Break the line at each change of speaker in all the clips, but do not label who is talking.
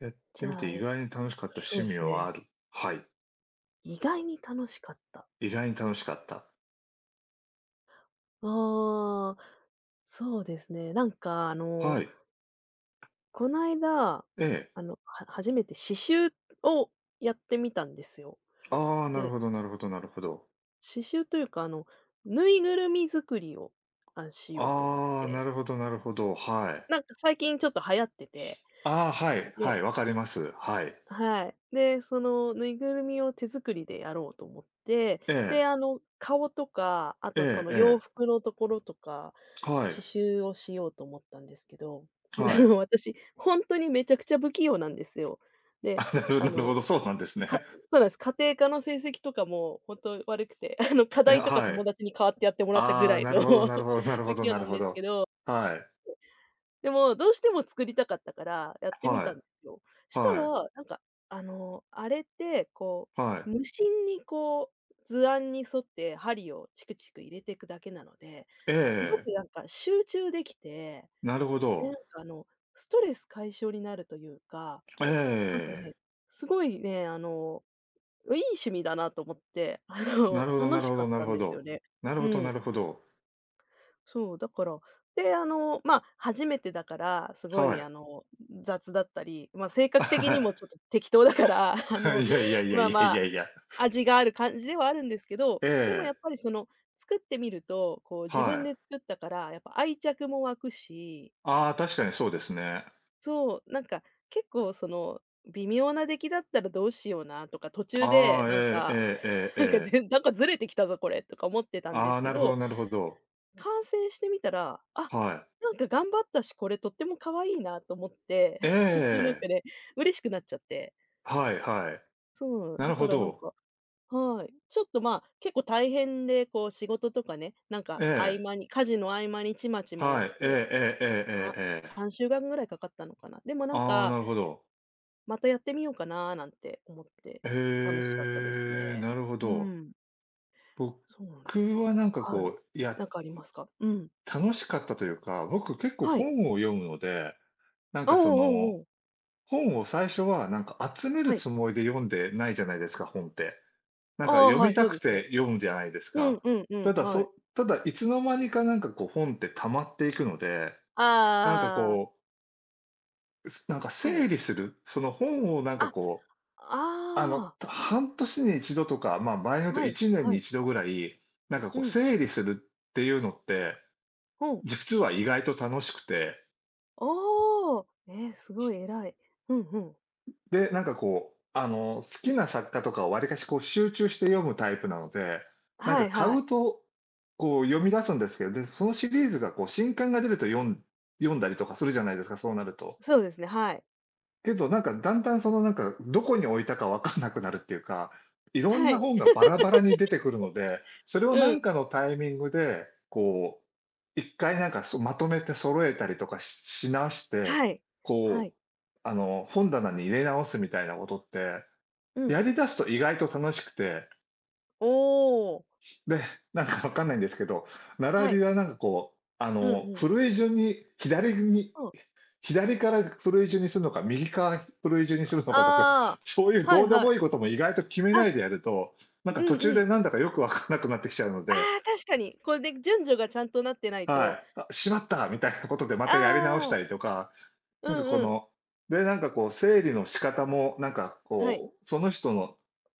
やって
じ
み
ゃ
て
あ、
意外に楽しかった
そ
趣
うで
味
す
は
ね。
ある。はい。
意外に楽しかった。
意外に楽しかった。
ああ、そうですね。なんか
はい。
この間
ええ。
初めて刺繍をやってみたんですよ。
ああ、なる
で、
ほどなるほどなるほど。
刺繍というか、ぬいぐるみ作りを、しようと思っ
ああ、な
て。
るほどなるほど、はい。
なんか最近ちょっと流行ってて、
ああ、はい、は
で
い、わかります。はい。
はい。で、そのぬいぐるみを手作りでやろうと思って、
え
で、
え、
顔とか、あ
え
とそ
え
の洋
ええ。
服のところとか、
は
刺
い、
繍をしようと思ったんですけど、
はい。
私、本当にめちゃくちゃ不器用なんですよ。で、
あ、なる
あ
なるほ
の、
ど、そうなんです
か
ね。
そうなんです。家庭科の成績とかも本当悪くて、課
え、
題とか
は
友
い。
達に代わってやってもらったぐ
あ
ら
あ、
い
な
の
るほど なるほどなるほ
不
ど
器用
なる
なん
ほ
ですけ
ど。
ど。
はい、
でも、どうしても作りたかったから、やってみた
は
んですよ。
い、
した
はい、
ら、なんか、あれって、こ
は
う、
い。
無心にこう、図案に沿って針をチクチク入れてくだけなので、
え
すご
え、
くなんか集中できて、
なるほ
で、な
ど。
んかストレス解消になるというか、
え
なんかね、
え。
すごいね、いい趣味だなと思って、
なるほどな
楽
る
し
ほ
か
ど
っ
なる
たん
ほ
ですよ
ど。
ね。
なる
う
ほどな
ん。
るほど。
そう、だから、で、まあ、初めてだから、すご
は
い
い。
雑だったり、まあ、性格的にも
は
ちょっと適当だから、あ
い。
の、
いやいやいや
ま
い
あ
や
ま
いや
あ、
いや。
味がある感じではあるんですけど、
え
でもやっ
え、
ぱりその、作ってみると、こう自分
は
で
い。
作ったから、やっぱ愛着も湧くし、
ああ、確かにそうですね。
そう、なんか結構その、微妙な出来だったらどうしようなとか、途中
あ
で
あ、ええええええええ。
なんかずれてきたぞこれとか思ってたんで
あ
す
あ、
け
なるほ
ど、
どなるほど。
観戦してみたら、あ、
はい。
なんか頑張ったし、これとっても可愛いなと思って、
ええ
なん
ええ。
かね、嬉しくなっちゃって。
はいはい。
そう、
な
だ
るほ
からなん
ど。
かはい。ちょっと、まあ、結構大変で、こう仕事とかね、なんか
え
合
え、
間に家事の合間にちまちまや
は
っ
い。え
て、
えええええ
さ
ええええ。
3週間ぐらいかかったのかな。でもなん
ああ、な
か、
るほど。
またやってみようかななんて思って、楽し
へ
かったです
え、
ね。
なるほ
う
ど。
ん。
僕
そうなんです
は
よ。
なんか
はい。
こう、いや、
なんかありますか？うん。
楽しかったというか、僕結構
はい。
本を読むので、なん
お
か
お
そ
お
の
おおう。
本を最初はなんか集める
はい。
つもりで読んでないじゃないですか、本って。なん
あ
か
あ、
読
は
み
い、
た
そう
く
です
て
ね。
読むじゃないです
うん
か。
うんう
た
ん、
だ、
はい。
ただいつの間にかなんかこう本って溜まっていくので、なんか
ああ、
こう、なんか
はい。
整理する、その本をなん
あ、
かこう、あの、
ああ、
半年に一度とか、ま、場合によると
はい、
1年
は
に
い。
一度ぐらい、なんか
う
こう
ん、
整理するっていうのって、
うん。
実は意外と楽しくて、
おお、え、すごい偉い。うんうん。
で、なんかこう、あの、好きな作家とかをわりかしこう集中して読むタイプなので、なん
は
か
い
買
はい。
うと、こう読み出すんですけど、で、そのシリーズがこう新刊が出ると読んだりとかするじゃないですか、そうなると。
そうですね、はい。
けど、なんか、だんだんその、なんか、どこに置いたかわかんなくなるっていうか、いろん
は
な
い、
本がバラバラに出てくるので、それをな
うん、
んかのタイミングで、こう、一回なんか、そまとめて揃えたりとかし直して、
はい、は
こ
い、
う、あの、本棚に入れ直すみたいなことって、
うん。
やり出すと意外と楽しくて、
おお、
で、なんかわかんないんですけど、
は
並び
い、
はなんかこう、あ
う
の、
んうん。
古い順に左に
うん。
左からプロイジュにするのか、右からプロイジュにするのかとか、
ああ、
そういう
は
ど
い
うで
は
も
い。
いいことも意外と決めな
あ、
いでやると、なん
う
か途
ん
中
う
で
ん。
なんだかよくわからなくなってきちゃうので、
ああ、確かに。これで順序がちゃんとなってない
は
と、
い、あしまったみたいなことでまたやり直し
ああ、
たりとか、
う
なんかこ
んうん。
の、で、なんかこう整理の仕方も、なんか
はい、
こう、その人の、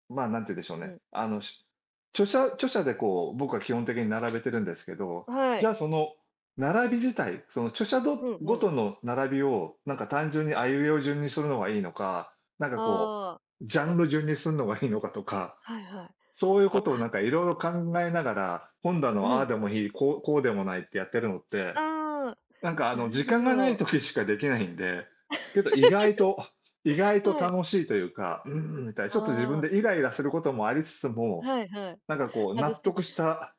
まあ、なんて言うんでしょう
う
ね、
ん、
あの、し著者著者でこう、僕は基本的に並べてるんですけど、
は
じゃあ
い、
その並び自体、その著者ど
うんう
ご
ん。
との並びを、なんか単純にあいうえお順にするのがいいのか、なんかこ
ああ、
う、ジャンル順にするのがいいのかとか、
はいはい。
そういうことをな
あ、
んかいろいろ考えながら、本棚
う
のああ
ん。
でもいい、こうでもないってやってるのって、
あ
なんかあ
あ、な
の、
る
時
ほ
間がない
ど。
時しかできないんで、けど意外と、意外と
はい。
楽しいというか、うーん、みたいな、ちょっと自分
あ
でイライラすることもありつつ
あ、
も、
はいはい。
なんかこう納
私
得した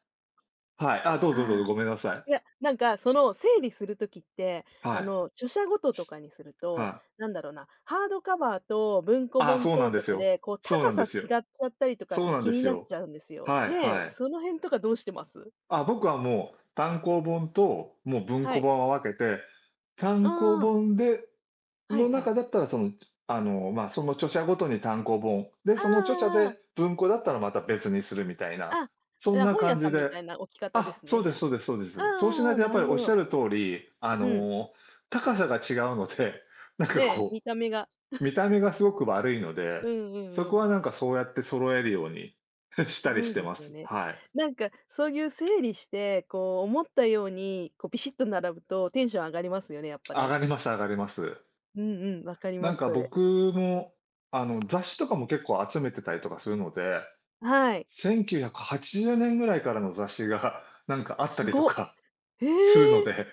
はい。あ、どうぞどうぞ、
ああ、
ごめんなさい。
いや、なんかその整理する時って、
はい、
著者ごととかにする
は
と、
い。
なんだろうな、ハードカバーと文庫
あ、
本
そうなん
と
で
と
す
か
よ。
で、こう
そうな
高
んで
さ違っ
すよ。
ちゃったりとかっ
そう
て
なん
気
で
に
す
なっ
よ。
ちゃうんですよ。
はい
ねえ、
はい。
その辺とかどうしてます？
あ、僕はもう単行本と、もう文
は
庫
い。
本を分けて、単行
ああ、
本で
はい
の
は
中
い。
だったら、その、あの、まあ、その著者ごとに単行本、で、その著者
あ
で
あああ
文庫だったらまた別にするみたいな、
あ
そん
だ、
な
本屋
感
さ
じ
んみ
で、
たいな置き方で
あ、
す
そ
ね、
う
じ
で
ゃ
す
あ。
そうですそうで
あ
す。そうし
あ
な
あ
い
あ、
とやっ
な
ぱ
る
りお
ほ
っしゃ
ど。
る通り、あ
うん。
の、高さが違うので、なんか
ね、
こ
見た目が。
う、見た目がすごく悪いの
う
で、
んうん
そ
う
こ
ん。
はなんかそうやって揃えるように したり
そ
し
う
て
で
ま
すよ
す。
ね。
はい。
なんかそういう整理して、こう思ったように、こうビシッと並ぶとテンション上がりますよね、やっぱ
上
ね。
がります上がります。
うんうん、わかり
な
ま
ん
す、
か
それ。
僕も、あの、雑誌とかも結構集めてたりとかするので、
はい。
1980年ぐらいからの雑誌が、なんかあった
す
りと
ごっ。
か
へ
するの
え、
で、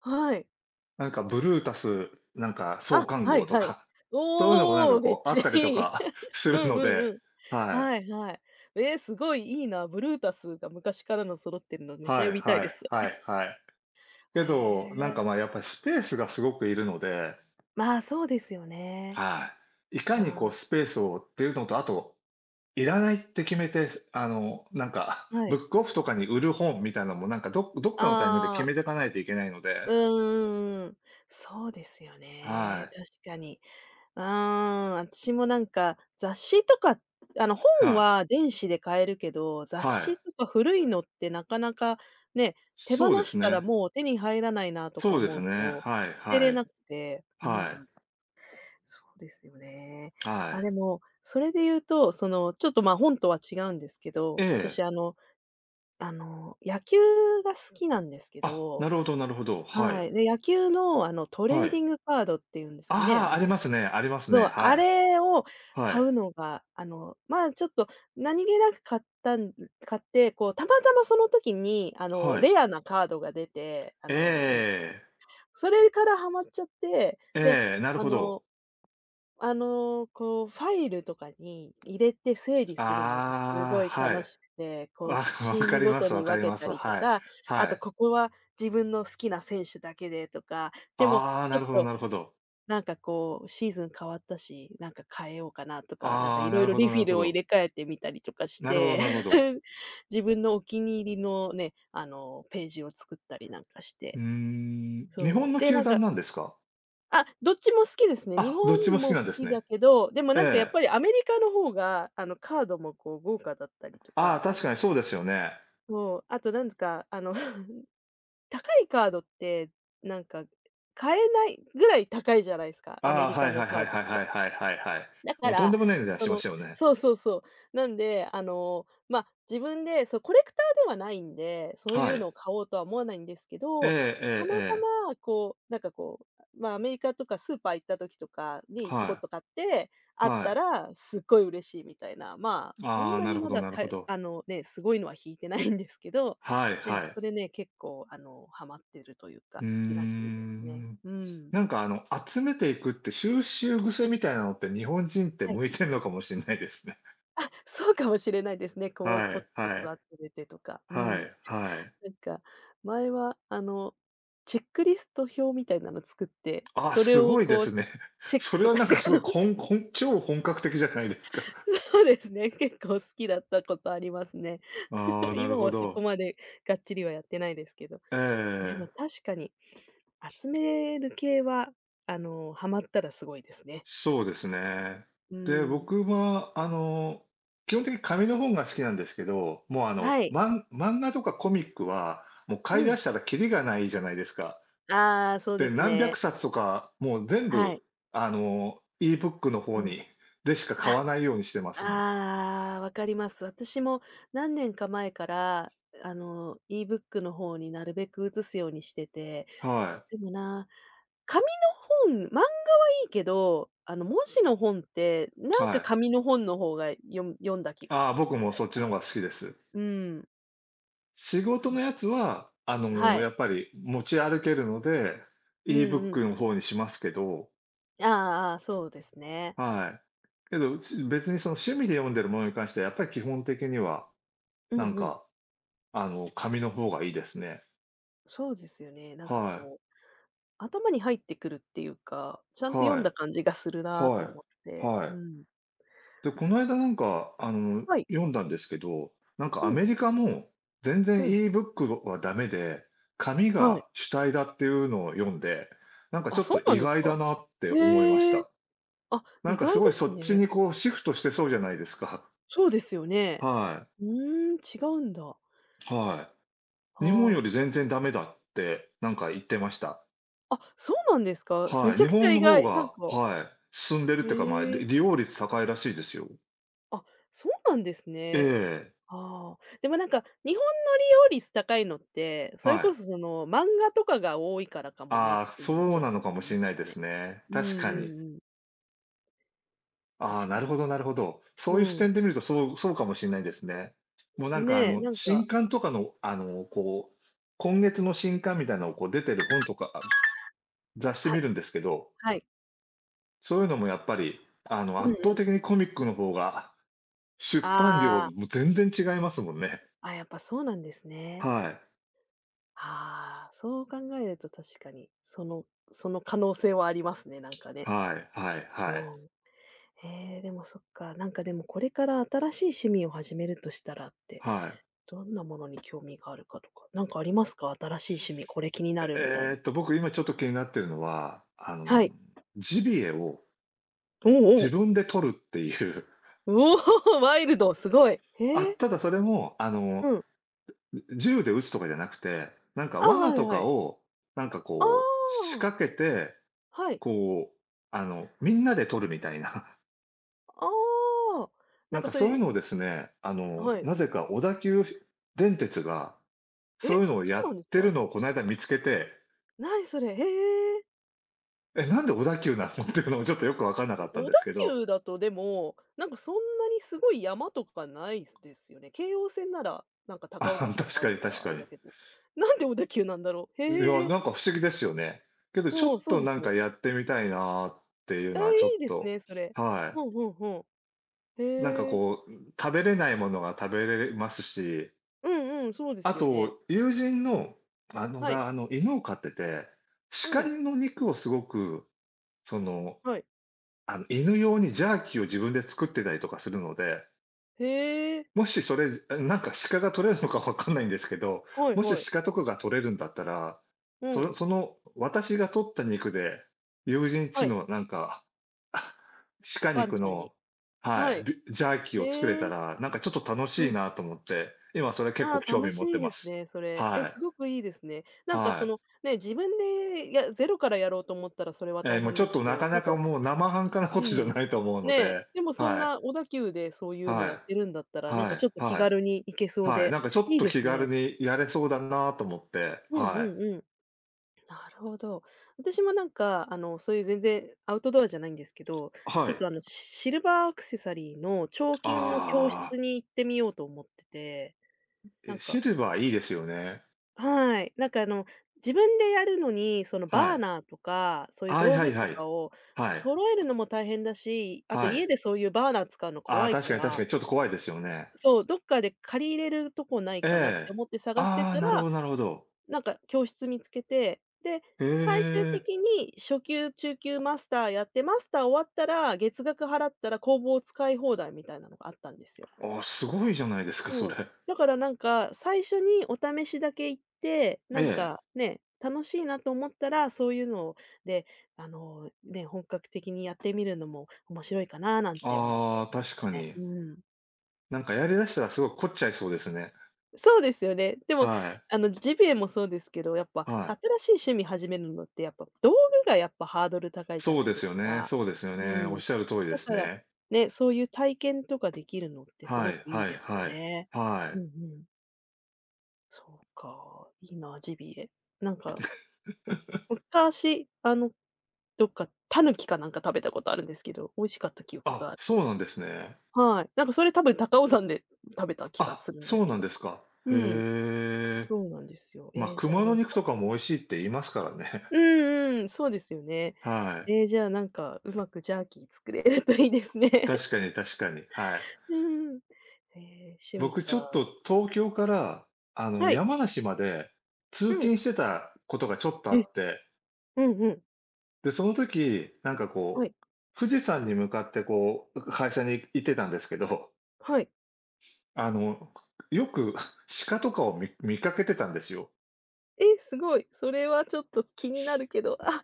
はい。
なんかブルータスなんか創
あ、
刊
は
号
い
と
はい。
か、そういうのもなん
お
か
お、めっ
こうあ
ち
っ
ゃ
たりと
いい。
か す
う
る
ん
の
うん
で、
うん。
はい。
はいはい。すごいいいな。ブルータスが昔からの揃ってるのめっちゃ
はい
読みたい
は
で
い
す、それ。
はいはい。
へ
けど、なん
え。
かまあやっぱりスペースがすごくいるので、
まあ、そうですよね。
はい。いかにこう
あ
スペースをっていうのと、あと、いらないって決めて、あの、なんか
ー、 は
ブ
い。
ックオフとかに売る本みたいなのもなんかどっ
あ
かのタイミングで決
あ。
めていかないといけないので、
うんん、そうですよ
は
ね。
い。
確かに。うーん、私もなんか、雑誌とか、本
は
は
い。
電子で買えるけど、雑
は
誌
い。
とか古いのってなかなかね、手放
そうです
したら
ね。
もう手に入らないなとか
そうで
思
す
う
ね。
と、
はい
捨て
は
れ
い。
なくて、う
はい。
ん、そうですよね。
は
あ、
い。
でも、それで言うと、その、ちょっと、ま、本とは違うんですけ
え
ど、私
え。
野球が好きなんですけ
あ、
ど。
なるほどなるほど。は
は
い。
い。で、野球のあのト
は
レーデ
い。
ィングカードっていうんですかね、
ああ、ありますねありますね。
そう、
は
あ
い。
れを
は
買う
い。
のが、まあ、ちょっと何気なく買って、こう、たまたまその時に
はい。
レアなカードが出て、うん、
ええ。
それからハマっちゃって、で、
ええ、なる
あ
ほど。
のこう、ファイルとかに入れて整理するのがす
ああ、
ごい
は
楽
い。
しくて、こう、
あ、わ
チー
か
ム
り
ご
ま
と
すわ
に
か
分
り
け
ま
た
す。
りと
はい。
か、あ
は
と
い。
ここは自分の好きな選手だけでとか、でも
ああ、
ち
な
ょっ
るほど
と
なるほど。
なんかこう、シーズン変わったし、なんか変えようかなとか、なんか
あ
い
あ、な
ろい
る
ろ
ほ
リ
どな
フ
る
ィ
ほ
ルを入
ど。
れ替えてみたりとかし
なるほど
て、
なるほど。
自分のお気に入りのね、ページを作ったりなんかし
う
て。
ーん、日
そ
本
う、
の
で、
球
なん
団
か
なんですか？
あ、どっちも好きですね。日
あ、どっちも
本
好き
も
な
好
んです
き
ね。
だけど、でもなんかやっ
ええ。
ぱりアメリカの方が、カードもこう豪華だったりと
ああ、
か、あと
確かにそうですよね。
そう、あとなんか、高いカードって、なんか買えないぐらい高いじゃないですか、ア
あ
メ
あ、
リ
は
カ
いは
の
い
カ
は
ー
いは
ドっ
い
て。
はいはいはいはい。
だか
もうとん
ら、
でもない値段
そ
しまし
の
たよね。
そうそうそう。なんで、まあ、自分で、そう、コレクターではないんで、そうい
は
うの
い。
を買おうとは思わないんですけ
えええ
ど、た
え
また
ええ。
まこう、なんかこう、まあ、アメリカとかスーパー行った時とかにちょ
は
こっ
い。
と買って、あっ
は
た
い。
らすっごい嬉しいみたいな、まあ、そん
ああ、
な
な
に
るほ
ま
ど
だ
なる
か
ほど。
ね、すごいのは引いてないんですけど、
はい
ね、
はい。
それね、結構ハマってるという
う
か、
ー
好きな趣味ですね。
ん。
うん。
なんかあの、集めていくって収集癖みたいなのって日本人って
はい。
向いてんのかもしんないですね。
あ、そうかもしれないですね。こう、
は
コツ
い
コ
はい
ツ集めてとか。う
は
ん。
いはい。
なんか、前は、チェックリスト表みたいなの作って、
ああ、
それ
す
を
ごいで
こう、
すね。
チェッ
そ
ク
れ
と
は
か
なん
し
か
て
す
か
ごい
ら
こん こん超本格的じゃないですか。
そうですね、結構好きだったことありますね。
ああ、なる
今
ほ
はそこ
ど。
までがっちりはやってないですけど。でも
えええ
確かに、集める系は、ハマったらすごいですね。
そうですね。
う
で、
ん。
僕は、あの、基本的に紙の本が好きなんですけど、もう、あの、
はい。
漫画とかコミックは、もう
う
買い出
ん。
したらキリがないじゃないですか。
ああ、そう
で、
です
何百
ね。
冊とか、もう全
は
部、
い。
あの、e-book の方
うん。
にでしか買
あ
わないようにしてますもん。
ああ、わかります。私も何年か前から、e-book の方になるべく移すようにしてて、
は
でもな、紙の本、漫画いいけど、文字の本って、な
い。
ん
は
か
い。
紙の本の方が読む読んだ気が
ああ、
する
僕
み
も
た
そ
い
っ
な。
ちの方が好きです。
うん。
仕事
そ
の
う。
やつは、あの、
はい。
やっぱり持ち歩けるので、
うんうん。
e-book の方にしますけど、
あー、ああ、そうですね。
はい。けど、し別にその趣味で読んでるものに関しては、やっぱり基本的には、
うん
なん
うん。
か、あの、紙の方がいいですね。
そうですよね。なんか
はい。
こう、頭に入ってくるっていうか、ちゃんと読ん
は
だ感じがする
い。
な
は
と思っ
い。
て。
は
う
い。
ん。
で、この間なんか、あの、
はい。
読んだんですけど、なんか
う
ア
ん、
メリカも全然
うん。
e-book はダメで、紙
はい。
が主体だっていうのを読んで、なんかち
あ、
ょっ
そう
と
な
意
んです
外
か？
だなって思いまし
へえ。
た。
あ、
なん
意
かす
外
ごい
で
そ
す
っち
ね。
にこうシフトしてそうじゃないですか。
そうですよね。
は
うーん、違うんだ。
い。はい。日本よ
あ
り
あ。
全然ダメだって、なんか言ってました。
あ、そうなんですか？
は
め
い。
ち
日
ゃくちゃ
本
意
の方
外。なん
が、
か
はい、進んでるっ
へ
てか、まあ、
え。
利用率高いらしいですよ。
あ、そうなんです
え
ね。
え、
ああ。でもなんか、日本の利用率高いのって、それ
は
こ
い。
そ漫画とかが多いからかもねっ
ああ、
て
そ
今ち
う
ょっ
な
と
のか
思
も
い
し
ま
れ
し
ない
た
です
ね。
ね。
うん
確か
う
に。
んうん。
ああ、
確
な
か
る
に。
ほどなるほど。そ
う
ういう視
ん。
点で見ると、そうそうかもしれないですね。もうなんか
ねえ、なん
新
か
刊とかの、こう、今月の新刊みたいなのをこう出てる本とか、あ、雑誌
は、
見るんですけど、
はい。
そういうのもやっぱり、
うんう
圧倒的
ん。
にコミックの方が出版料、
あ
も
あ。
う全然違いますもんね。
あ、やっぱそうなんですね。
はい。
ああ、そう考えると確かに、その可能性はありますね、なんかね。
はいはい
う
はい。
ん。へえ、でもそっか、なんかでもこれから新しい趣味を始めるとしたらって、
はい。
どんなものに興味があるかとか、なんかありますか？新しい趣味、これ気になるみたいな。
僕今ちょっと気になってるのは、
はい。
ジビエを
おお、お
自
お。
分で取るっていう。
ワイルド、すごい。へ
あ、
え。
ただそれも、
うん。
銃で撃つとかじゃなくて、なんか
あ、
罠
はい
と
は
か
い。
を、なんか
あ
こう、仕
あ、
掛けて、
はい。
こう、みんなで取るみたいな。
ああ、
な
なん
ん
か
か
そう
そうい
い
うのを
う、
ですね、
はい。
なぜか小田急電鉄が、
え、
そういうのを
そ
や
う
っ
なんです
てる
か？
のをこの間見つけて、
何それ？へえ。
なんで小田急なの っていうのもちょっとよく分かんなかったん
お小
で
田
すけど。
急だとでも、なんかそんなにすごい山とかないですよね。京王線なら、なんか 高尾
あ、
山とか
確
あ
か
る
に
か
確
らあ
か
れ
に。
だけど。なんで小田急なんだろう。
いや、
へえ。
なんか不思議ですよね。けどちょっ
うん、そう
と
で
な
す
んか
ね。
やってみたいなっていう
あ、
のはちょ
い
っ
いです
と、
ね、それ。
は
うんうんうん。
い。なんか
へえ。
こう、食べれないものが食べれますし、
うんうん、そうで
あ
すよね。
と友人の、
はい。
が、犬を飼ってて、
う
鹿
ん、
の肉をすごく、その、
はい。
犬用にジャーキーを自分で作ってたりとかするので
へえ。
もしそれ、なんか鹿が取れるのかわかんないんですけど、
はい
も
はい。
し鹿とかが取れるんだったら、
うん。
その私が取った肉で、友人ち
はい、
のなんか、あ鹿
ワン
肉
ちゃんに。
のは
は
い、
い。
ジャーキーを作れ
へ
た
え。
ら、なんかちょっと楽
う
しい
ん、
なと思って、今それ結構
ああ、
興
楽
味
し
持って
い
ま
です
す。
ね、それ。え、
はい、
すごくいいですね。なんか
は
そ
い。
の、ね、自分でやゼロからやろうと思ったらそれは大
もう
変
ちょ
で
っ
す
と
け
な
ど、
か
なん
なか
か
もう生半可なこ
う
とじゃ
ん。
ないと思うの
ね、
で、
でもそん
はい、
な小田急でそういうの
は
やってるんだった
い、
ら、なん
は
かちょ
い、
っと気
はい、
軽に行けそう
はい、
で、
なんかちょっ
いい
と
で
気
す
軽
ね。
にやれそうだなと思って、
うんうん
はい
うん。なるほど。私もなんか、そういう全然アウトドアじゃないんですけど、ち
は
ょっと
い。
シルバーアクセサリーの彫金の教
あ
室
あ、
に行ってみようと思ってて、な
え、
ん
シ
か
ルバーいいですよね。
はい。自分でやるのに、その
は
バー
い。
ナーとか、そういう
はい
道
は
具
いは
と
い。
かを
はい。
揃えるのも大変だし、あと
は
家
い。
でそういうバーナー使うの
ああ、
怖い
確
か
かに確か
ら、
にちょっと怖いですよね。
そう、どっかで借りれるとこない
え
かなって
え。
思って探して
ああ、
た
なるほ
ら、
どなるほど。
なんか教室見つけて、で、
へ
最終
え。
的に初級、中級、マスターやって、マスター終わったら月額払ったら工房使い放題みたいなのがあったんですよ。
ああ、すごいじゃないですか、そ
そう。
れ。
だからなんか、最初にお試しだけ行って、
え
なん
え。
かね、楽しいなと思ったら、そういうので、ね、本格的にやってみるのも面白いかななんて思って
ああ、
まし
確
た
か
ね。
に。
うん。
なんかやりだしたらすごい凝っちゃいそうですね。
そうですよね。でも、
はい。
ジビエもそうですけど、やっぱ
は
新
い。
しい趣味始めるのってやっぱ道具がやっぱハードル高いじゃ
そう
な
で
いで
すよ
す
ね
か。
そうですよ
う
ね。おっ
ん。
しゃる通りで
だ
す
から、
ね。
ね、そういう体験とかできるのってす
は
ご
い
くいい
はい
ですよ
はい。
ね。
は
うん
い。
うん。そうか、いいな、ジビエ。なんか、昔、どっかタヌキかなんか食べたことあるんですけど、美味しかった記憶が
あ、
ある。
そうなんですね。
はい。なんかそれ多分高尾山で食べた気が
あ、
するんで
そ
す
う
け
なん
ど。
ですか。
う
へ
ん、
え。
そうなんですよ。
まあ、
じゃあ
熊の
なんか
肉とかも美味しいって言いますからね。
うんうん、そうですよね。
はい。
じゃあなんか、うまくジャーキー作れるといいですね。
確かに確かに、はい。
うん、えー、え、趣味
僕ちょっ
か。
と東京から、
はい、
山梨まで通
うん。
勤してたことがちょっとあ
え、
って、
うんうん。
で、その時、なんか
は
こ
い、
う、富士山に向かってこう、会社に行ってたんですけど、
はい。
あの、よく 鹿とかを見かけてたんですよ。
え、すごい。それはちょっと気になるけど。あ